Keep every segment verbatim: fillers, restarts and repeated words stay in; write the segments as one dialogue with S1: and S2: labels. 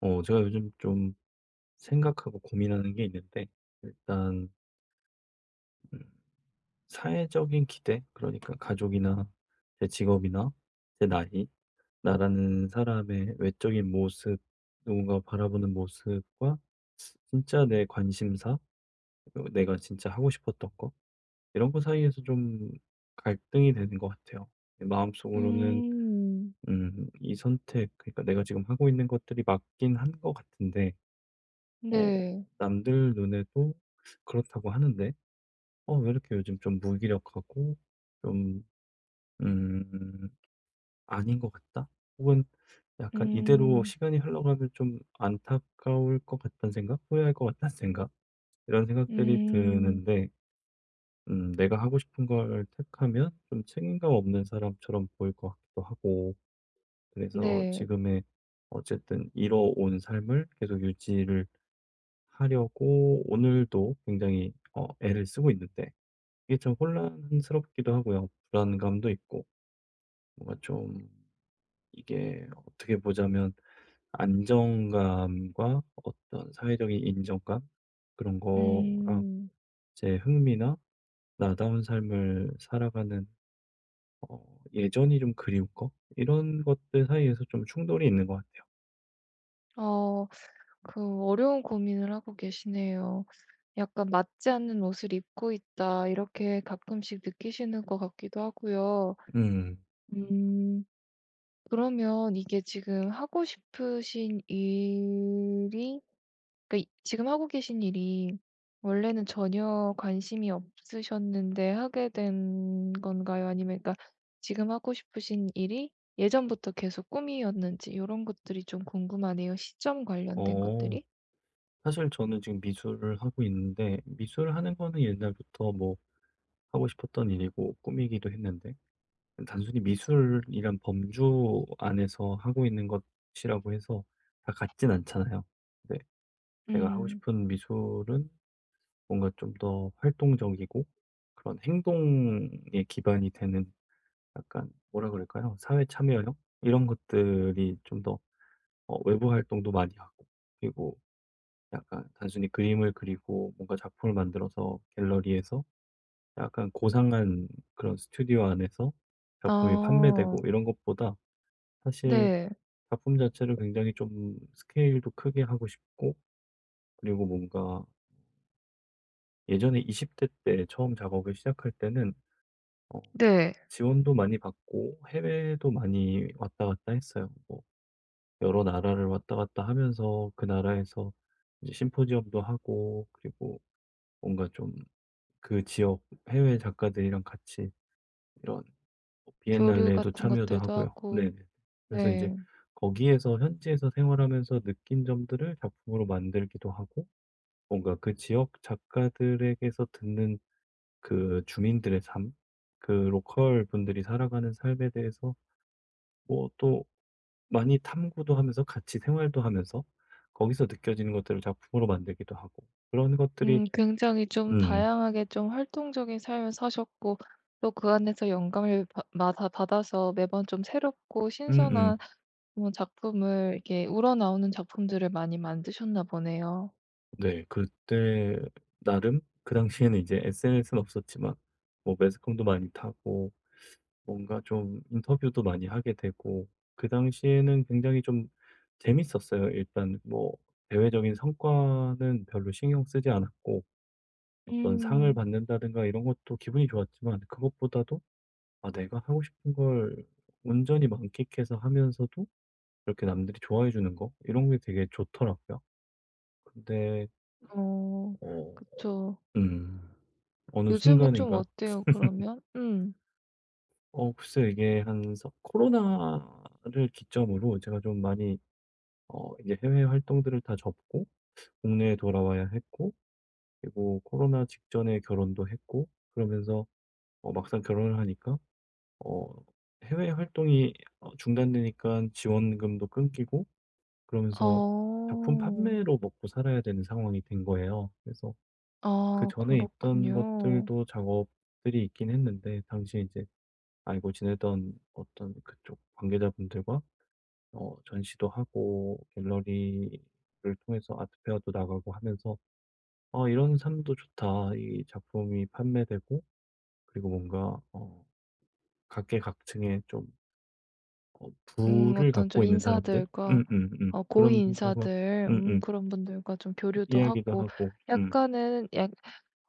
S1: 어, 제가 요즘 좀 생각하고 고민하는 게 있는데, 일단, 음, 사회적인 기대, 그러니까 가족이나 제 직업이나 제 나이, 나라는 사람의 외적인 모습, 누군가 바라보는 모습과 진짜 내 관심사, 그리고 내가 진짜 하고 싶었던 거, 이런 거 사이에서 좀 갈등이 되는 것 같아요. 마음속으로는,
S2: 음.
S1: 음, 이 선택, 그러니까 내가 지금 하고 있는 것들이 맞긴 한 것 같은데, 어
S2: 네.
S1: 남들 눈에도 그렇다고 하는데, 어 왜 이렇게 요즘 좀 무기력하고, 좀 음 '아닌 것 같다.' 혹은 약간 '이대로
S2: 음.
S1: 시간이 흘러가면 좀 안타까울 것 같다는 생각? 후회할 것 같다는 생각?' 이런 생각들이
S2: 음.
S1: 드는데, 음 내가 하고 싶은 걸 택하면 좀 책임감 없는 사람처럼 보일 것 같기도 하고, 그래서
S2: 네.
S1: 지금의 어쨌든 이뤄 온 삶을 계속 유지를 하려고 오늘도 굉장히 어 애를 쓰고 있는데, 이게 참 혼란스럽기도 하고요. 불안감도 있고, 뭔가 좀 이게 어떻게 보자면 안정감과 어떤 사회적인 인정감, 그런 거랑
S2: 음.
S1: 제 흥미나 나다운 삶을 살아가는, 어 예전이 좀 그리운 거, 이런 것들 사이에서 좀 충돌이 있는 것 같아요.
S2: 어 그 어려운 고민을 하고 계시네요. 약간 '맞지 않는 옷을 입고 있다.' 이렇게 가끔씩 느끼시는 것 같기도 하고요.
S1: 음.
S2: 음. 그러면 이게 지금 하고 싶으신 일이 그러니까 이- 지금 하고 계신 일이 원래는 전혀 관심이 없으셨는데 하게 된 건가요? 아니면 그러니까 지금 하고 싶으신 일이 예전부터 계속 꿈이었는지 이런 것들이 좀 궁금하네요. 시점 관련된
S1: 어
S2: 것들이.
S1: 사실 저는 지금 미술을 하고 있는데, 미술을 하는 거는 옛날부터 뭐 하고 싶었던 일이고 꿈이기도 했는데, 단순히 미술이란 범주 안에서 하고 있는 것이라고 해서 다 같진 않잖아요. 네. 제가 하고
S2: 음.
S1: 싶은 미술은 뭔가 좀 더 활동적이고 그런 행동에 기반이 되는, 약간 뭐라 그럴까요? 사회 참여형? 이런 것들이 좀 더, 어, 외부 활동도 많이 하고, 그리고 약간 단순히 그림을 그리고 뭔가 작품을 만들어서 갤러리에서 약간 고상한 그런 스튜디오 안에서 작품이
S2: 아.
S1: 판매되고, 이런 것보다 사실
S2: 네.
S1: 작품 자체를 굉장히 좀 스케일도 크게 하고 싶고, 그리고 뭔가 예전에 이십 대 때 처음 작업을 시작할 때는 어
S2: 네.
S1: 지원도 많이 받고 해외도 많이 왔다 갔다 했어요. 뭐 여러 나라를 왔다 갔다 하면서 그 나라에서 이제 심포지엄도 하고, 그리고 뭔가 좀 그 지역 해외 작가들이랑 같이 이런
S2: 교류
S1: 비엔날레에도
S2: 같은
S1: 참여도
S2: 것들도
S1: 하고요.
S2: 하고
S1: 네네. 그래서 이제
S2: 네.
S1: 거기에서 현지에서 생활하면서 느낀 점들을 작품으로 만들기도 하고, 뭔가 그 지역 작가들에게서 듣는 그 주민들의 삶, 그 로컬 분들이 살아가는 삶에 대해서 뭐 또 많이 탐구도 하면서 같이 생활도 하면서 거기서 느껴지는 것들을 작품으로 만들기도 하고, 그런 것들이.
S2: 음 굉장히 좀
S1: 음.
S2: 다양하게 좀 활동적인 삶을 사셨고 또 그 안에서 영감을 받아 받아서 매번 좀 새롭고
S1: 음음.
S2: 신선한 뭐 작품을 이렇게 우러나오는 작품들을 많이 만드셨나 보네요.
S1: 네. 그때 나름 그 당시에는 이제 에스엔에스는 없었지만, 뭐 매스컴도 많이 타고 뭔가 좀 인터뷰도 많이 하게 되고, 그 당시에는 굉장히 좀 재밌었어요. 일단 뭐 대외적인 성과는 별로 신경 쓰지 않았고, 어떤 상을
S2: 음.
S1: 받는다든가 이런 것도 기분이 좋았지만 그것보다도, 아 내가 하고 싶은 걸 온전히 만끽해서 하면서도 이렇게 남들이 좋아해 주는 거, 이런 게 되게 좋더라고요. 근데
S2: 어
S1: 어
S2: 그쵸.
S1: 음. 어느
S2: 요즘은 좀
S1: 순간인가.
S2: 어때요 그러면? 음.
S1: 어 글쎄요. 이게 한 서 코로나를 기점으로 제가 좀 많이, 어 이제 해외 활동들을 다 접고 국내에 돌아와야 했고, 그리고 코로나 직전에 결혼도 했고, 그러면서 어 막상 결혼을 하니까 어 해외 활동이 어 중단되니까 지원금도 끊기고, 그러면서 작품
S2: 어.
S1: 판매로 먹고 살아야 되는 상황이 된 거예요. 그래서
S2: 아
S1: 그전에 있던
S2: 그렇군요.
S1: 것들도 작업들이 있긴 했는데, 당시에 이제 알고 지내던 어떤 그쪽 관계자분들과 어 전시도 하고 갤러리를 통해서 아트 페어도 나가고 하면서, '어 이런 삶도 좋다.' 이 작품이 판매되고, 그리고 뭔가 어 각계각층의 좀 어
S2: 음
S1: 부를
S2: 어떤 좀
S1: 갖고 있는 사람들,
S2: 인사들과
S1: 음음음
S2: 어 고위
S1: 그런 분들과
S2: 인사들 음
S1: 음음
S2: 그런 분들과 좀 교류도
S1: 이야기도
S2: 하고
S1: 하고. 음.
S2: 약간은 약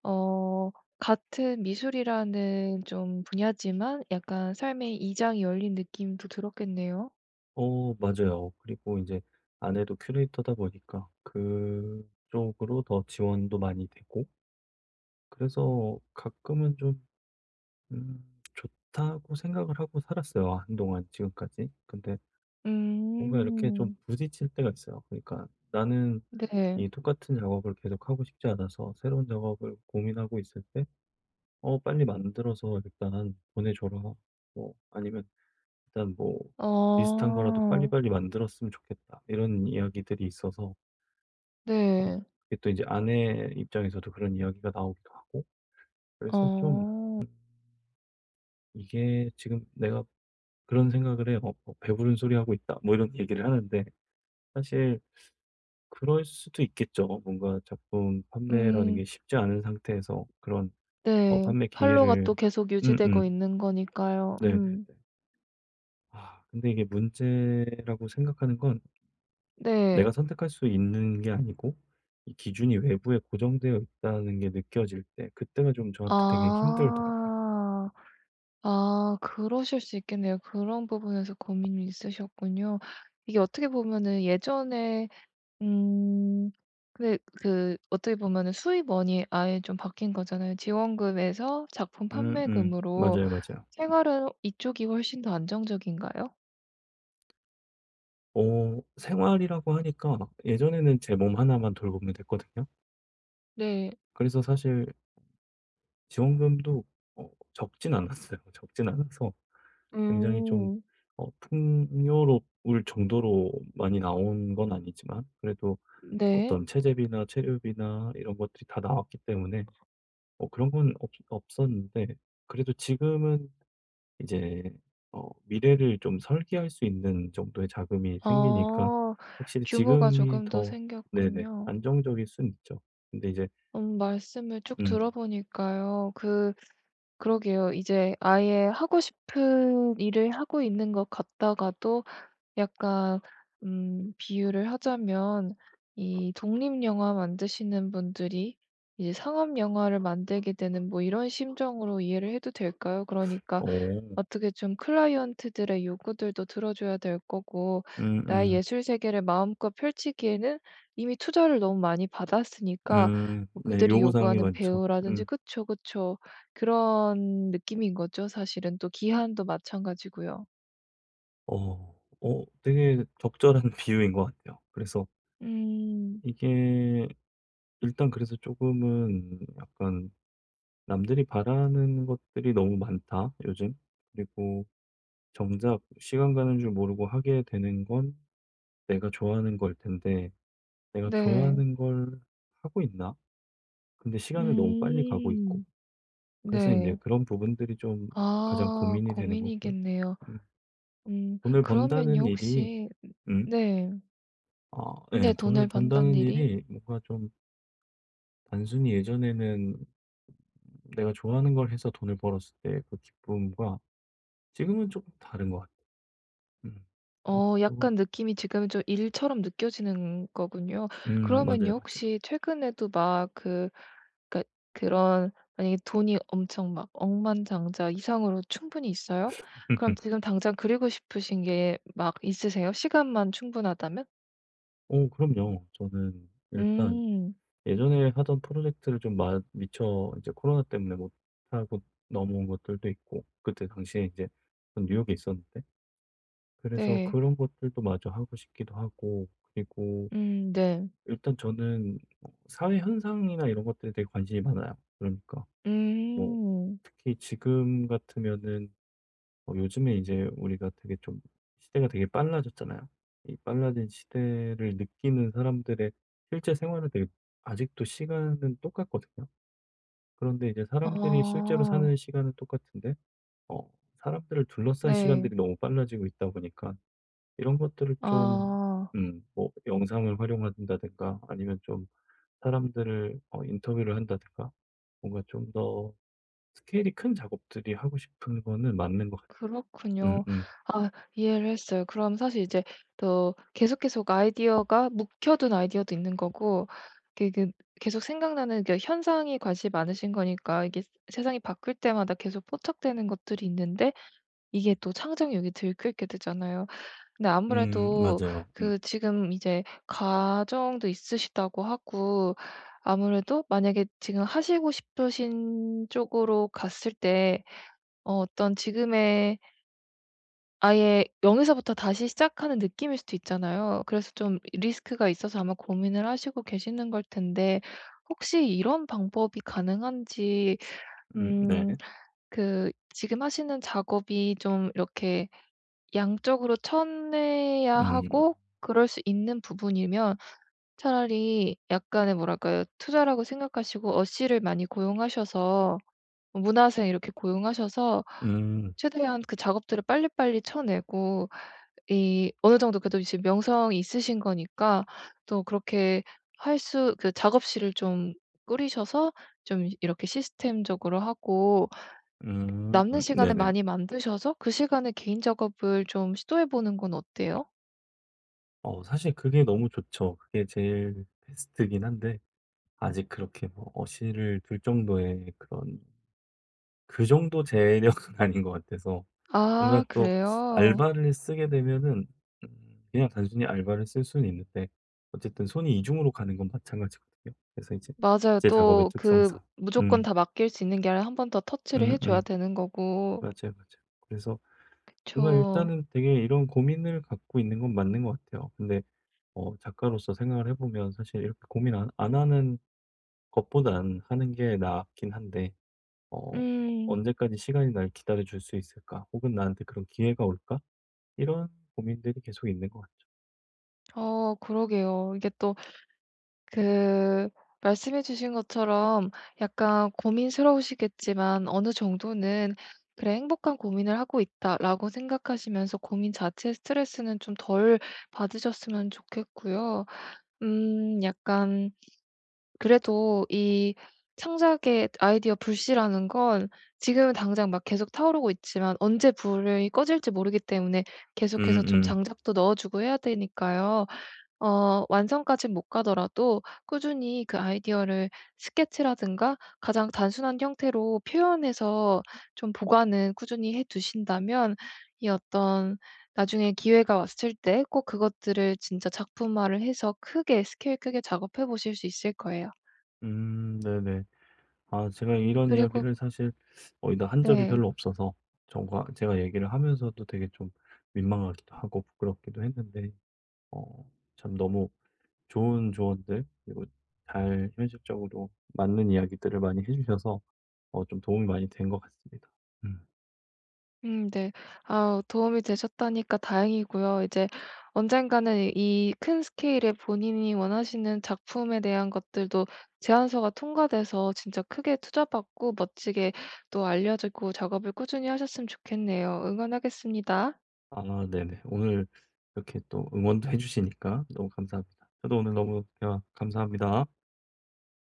S2: 어 같은 미술이라는 좀 분야지만 약간 삶의 이장이 열린 느낌도 들었겠네요.
S1: 어 맞아요. 그리고 이제 아내도 큐레이터다 보니까 그쪽으로 더 지원도 많이 되고, 그래서 가끔은 좀 음 좋다고 생각을 하고 살았어요, 한동안 지금까지. 근데 뭔가 이렇게 좀
S2: 음.
S1: 부딪힐 때가 있어요. 그러니까 나는
S2: 네.
S1: 이 똑같은 작업을 계속하고 싶지 않아서 새로운 작업을 고민하고 있을 때, "어 빨리 만들어서 일단 보내줘라." 뭐 아니면 "일단 뭐 비슷한 거라도
S2: 아.
S1: 빨리빨리 만들었으면 좋겠다." 이런 이야기들이 있어서, 어
S2: 네.
S1: 그게 또 이제 아내 입장에서도 그런 이야기가 나오기도 하고, 그래서 좀
S2: 어.
S1: 음 이게 지금 내가 그런 생각을 해요. '어 어, 배부른 소리 하고 있다.' 뭐 이런 얘기를 하는데, 사실 그럴 수도 있겠죠. 뭔가 작품 판매라는
S2: 음.
S1: 게 쉽지 않은 상태에서, 그런 어
S2: 네.
S1: 판매
S2: 팔로가
S1: 기회를.
S2: 또 계속 유지되고
S1: 음음.
S2: 있는 거니까요.
S1: 네네네.
S2: 음.
S1: 아 근데 이게 문제라고 생각하는 건,
S2: 네.
S1: 내가 선택할 수 있는 게 아니고 이 기준이 외부에 고정되어 있다는 게 느껴질 때, 그때가 좀 저한테 되게 힘들더라고요.
S2: 아. 아 그러실 수 있겠네요. 그런 부분에서 고민이 있으셨군요. 이게 어떻게 보면은 예전에 음 근데 그 어떻게 보면은 수입원이 아예 좀 바뀐 거잖아요. 지원금에서 작품
S1: 음음.
S2: 판매금으로
S1: 맞아요, 맞아요.
S2: 생활은 이쪽이 훨씬 더 안정적인가요?
S1: 어 생활이라고 하니까, 예전에는 제 몸 하나만 돌보면 됐거든요.
S2: 네.
S1: 그래서 사실 지원금도 어 적진 않았어요. 적진 않아서 굉장히 좀
S2: 음.
S1: 어 풍요로울 정도로 많이 나온 건 아니지만, 그래도
S2: 네.
S1: 어떤 체재비나 체류비나 이런 것들이 다 나왔기 때문에 뭐 그런 건 없 없었는데, 그래도 지금은 이제 어 미래를 좀 설계할 수 있는 정도의 자금이 생기니까
S2: 아.
S1: 확실히
S2: 규모가
S1: 지금이
S2: 조금 더
S1: 더, 네네,
S2: 생겼군요.
S1: 안정적일 순 있죠. 근데 이제
S2: 음 말씀을 쭉
S1: 음.
S2: 들어보니까요. 그 그러게요. 이제 아예 하고 싶은 일을 하고 있는 것 같다가도 약간 음 비유를 하자면 이 독립 영화 만드시는 분들이 이제 상업 영화를 만들게 되는 뭐 이런 심정으로 이해를 해도 될까요? 그러니까
S1: 어.
S2: 어떻게 좀 클라이언트들의 요구들도 들어줘야 될 거고 나의
S1: 음음.
S2: 예술 세계를 마음껏 펼치기에는 이미 투자를 너무 많이 받았으니까
S1: 음.
S2: 뭐
S1: 네.
S2: 그들이
S1: 요구 사항이
S2: 요구하는
S1: 많죠.
S2: 배우라든지
S1: 음.
S2: 그쵸, 그쵸. 그런 느낌인 거죠, 사실은. 또 기한도 마찬가지고요.
S1: 어. 어 되게 적절한 비유인 것 같아요. 그래서
S2: 음.
S1: 이게 일단, 그래서 조금은 약간 남들이 바라는 것들이 너무 많다, 요즘. 그리고 정작 시간 가는 줄 모르고 하게 되는 건 내가 좋아하는 걸 텐데, '내가
S2: 네.
S1: 좋아하는 걸 하고 있나?' 근데 시간은 너무 빨리 가고 있고.
S2: 음.
S1: 그래서 이제
S2: 네.
S1: 그런 부분들이 좀 가장
S2: 아
S1: 고민이 되는 거고요.
S2: 고민이겠네요.
S1: 음.
S2: 음
S1: 돈을
S2: 그러면요
S1: 번다는 일이.
S2: 혹시
S1: 음
S2: 네.
S1: 아 예.
S2: 네
S1: 돈을
S2: 돈을 번다는
S1: 번다는
S2: 일이
S1: 일이 뭔가 좀 단순히, 예전에는 내가 좋아하는 걸 해서 돈을 벌었을 때 그 기쁨과 지금은 조금 다른 것 같아요. 음. 뭐
S2: 어
S1: 조금.
S2: 약간 느낌이 지금은 좀 일처럼 느껴지는 거군요.
S1: 음 맞아요,
S2: 그러면요
S1: 맞아요.
S2: 혹시 최근에도 막 그 그러니까 그런 만약에 돈이 엄청 막 억만장자 이상으로 충분히 있어요? 그럼 지금 당장 그리고 싶으신 게 막 있으세요? 시간만 충분하다면?
S1: 어 그럼요. 저는 일단
S2: 음.
S1: 예전에 하던 프로젝트를 좀 마 미처 이제 코로나 때문에 못 하고 넘어온 것들도 있고, 그때 당시에 이제 전 뉴욕에 있었는데, 그래서
S2: 네.
S1: 그런 것들도 마저 하고 싶기도 하고, 그리고
S2: 음 네.
S1: 일단 저는 어 사회 현상이나 이런 것들에 되게 관심이 많아요. 그러니까 뭐
S2: 음.
S1: 특히 지금 같으면은 어 요즘에 이제 우리가 되게 좀 시대가 되게 빨라졌잖아요. 이 빨라진 시대를 느끼는 사람들의 실제 생활은, 되게, 아직도 시간은 똑같거든요. 그런데 이제 사람들이 실제로
S2: 아.
S1: 사는 시간은 똑같은데 어 사람들을 둘러싼
S2: 네.
S1: 시간들이 너무 빨라지고 있다 보니까, 이런 것들을 좀
S2: 아.
S1: 음 뭐 영상을 활용한다든가 아니면 좀 사람들을 어 인터뷰를 한다든가, 뭔가 좀 더 스케일이 큰 작업들이 하고 싶은 거는 맞는 것 같아요. 음
S2: 그렇군요.
S1: 음.
S2: 아 이해를 했어요. 그럼 사실 이제 또 계속 계속 아이디어가 묵혀둔 아이디어도 있는 거고 이게 그 계속 생각나는 그 현상이 관심이 많으신 거니까 이게 세상이 바뀔 때마다 계속 포착되는 것들이 있는데 이게 또 창작력이 들끓게 되잖아요. 근데
S1: 음
S2: 아무래도
S1: 맞아요. 음.
S2: 그 지금 이제 가정도 있으시다고 하고 아무래도 만약에 지금 하시고 싶으신 쪽으로 갔을 때 어 어떤 지금의 아예 영 에서부터 다시 시작하는 느낌일 수도 있잖아요. 그래서 좀 리스크가 있어서 아마 고민을 하시고 계시는 걸 텐데 혹시 이런 방법이 가능한지
S1: 음 네.
S2: 음 그 지금 하시는 작업이 좀 이렇게 양적으로 쳐내야
S1: 음.
S2: 하고 그럴 수 있는 부분이면 차라리 약간의 뭐랄까요? 투자라고 생각하시고 어씨를 많이 고용하셔서 문화생 이렇게 고용하셔서
S1: 음.
S2: 최대한 그 작업들을 빨리빨리 쳐내고 이 어느 정도 그래도 이제 명성이 있으신 거니까 또 그렇게 할 수 그 작업실을 좀 꾸리셔서 좀 이렇게 시스템적으로 하고
S1: 음
S2: 남는 시간을
S1: 네네.
S2: 많이 만드셔서 그 시간에 개인 작업을 좀 시도해 보는 건 어때요?
S1: 어 사실 그게 너무 좋죠. 그게 제일 베스트긴 한데, 아직 그렇게 뭐 어시를 둘 정도의 그런 그 정도 재력은 아닌 것 같아서, 뭔가
S2: 아
S1: 또
S2: 그래요?
S1: 알바를 쓰게 되면은 음 그냥 단순히 알바를 쓸 수는 있는데, 어쨌든 손이 이중으로 가는 건 마찬가지거든요. 그래서 이제
S2: 맞아요.
S1: 제 작업의
S2: 또 그
S1: 특성상.
S2: 무조건
S1: 음.
S2: 다 맡길 수 있는 게 아니라 한 번 더 터치를 해 줘야
S1: 음음.
S2: 되는 거고.
S1: 맞아요, 맞아요. 그래서 뭔가
S2: 그쵸.
S1: 일단은 되게 이런 고민을 갖고 있는 건 맞는 것 같아요. 근데 어 작가로서 생각을 해 보면 사실 이렇게 고민 안 안 하는 것보단 하는 게 낫긴 한데, 어
S2: 음.
S1: '언제까지 시간이 날 기다려 줄 수 있을까? 혹은 나한테 그런 기회가 올까?' 이런 고민들이 계속 있는 것 같아요.
S2: 어 그러게요. 이게 또 그 말씀해 주신 것처럼 약간 고민스러우시겠지만 어느 정도는 '그래 행복한 고민을 하고 있다.'라고 생각하시면서 고민 자체의 스트레스는 좀 덜 받으셨으면 좋겠고요. 음 약간 그래도 이 창작의 아이디어 불씨라는 건 지금은 당장 막 계속 타오르고 있지만 언제 불이 꺼질지 모르기 때문에 계속해서 좀
S1: 음음.
S2: 장작도 넣어 주고 해야 되니까요. 어 완성까지 못 가더라도 꾸준히 그 아이디어를 스케치라든가 가장 단순한 형태로 표현해서 좀 보관은 꾸준히 해 두신다면 이 어떤 나중에 기회가 왔을 때 꼭 그것들을 진짜 작품화를 해서 크게 스케일 크게 작업해 보실 수 있을 거예요.
S1: 음 음, 네네. 아 제가 이런
S2: 그리고
S1: 이야기를 사실 어디다 한 적이
S2: 네.
S1: 별로 없어서, 정과 제가 얘기를 하면서도 되게 좀 민망하기도 하고 부끄럽기도 했는데, 어 참 너무 좋은 조언들, 그리고 잘 현실적으로 맞는 이야기들을 많이 해 주셔서 어 좀 도움이 많이 된 것 같습니다. 음.
S2: 음 네. 아 도움이 되셨다니까 다행이고요. 이제 언젠가는 이 큰 스케일의 본인이 원하시는 작품에 대한 것들도 제안서가 통과돼서 진짜 크게 투자받고 멋지게 또 알려지고 작업을 꾸준히 하셨으면 좋겠네요. 응원하겠습니다.
S1: 아 네네. 오늘 이렇게 또 응원도 해 주시니까 너무 감사합니다. 저도 오늘 너무 대화 감사합니다.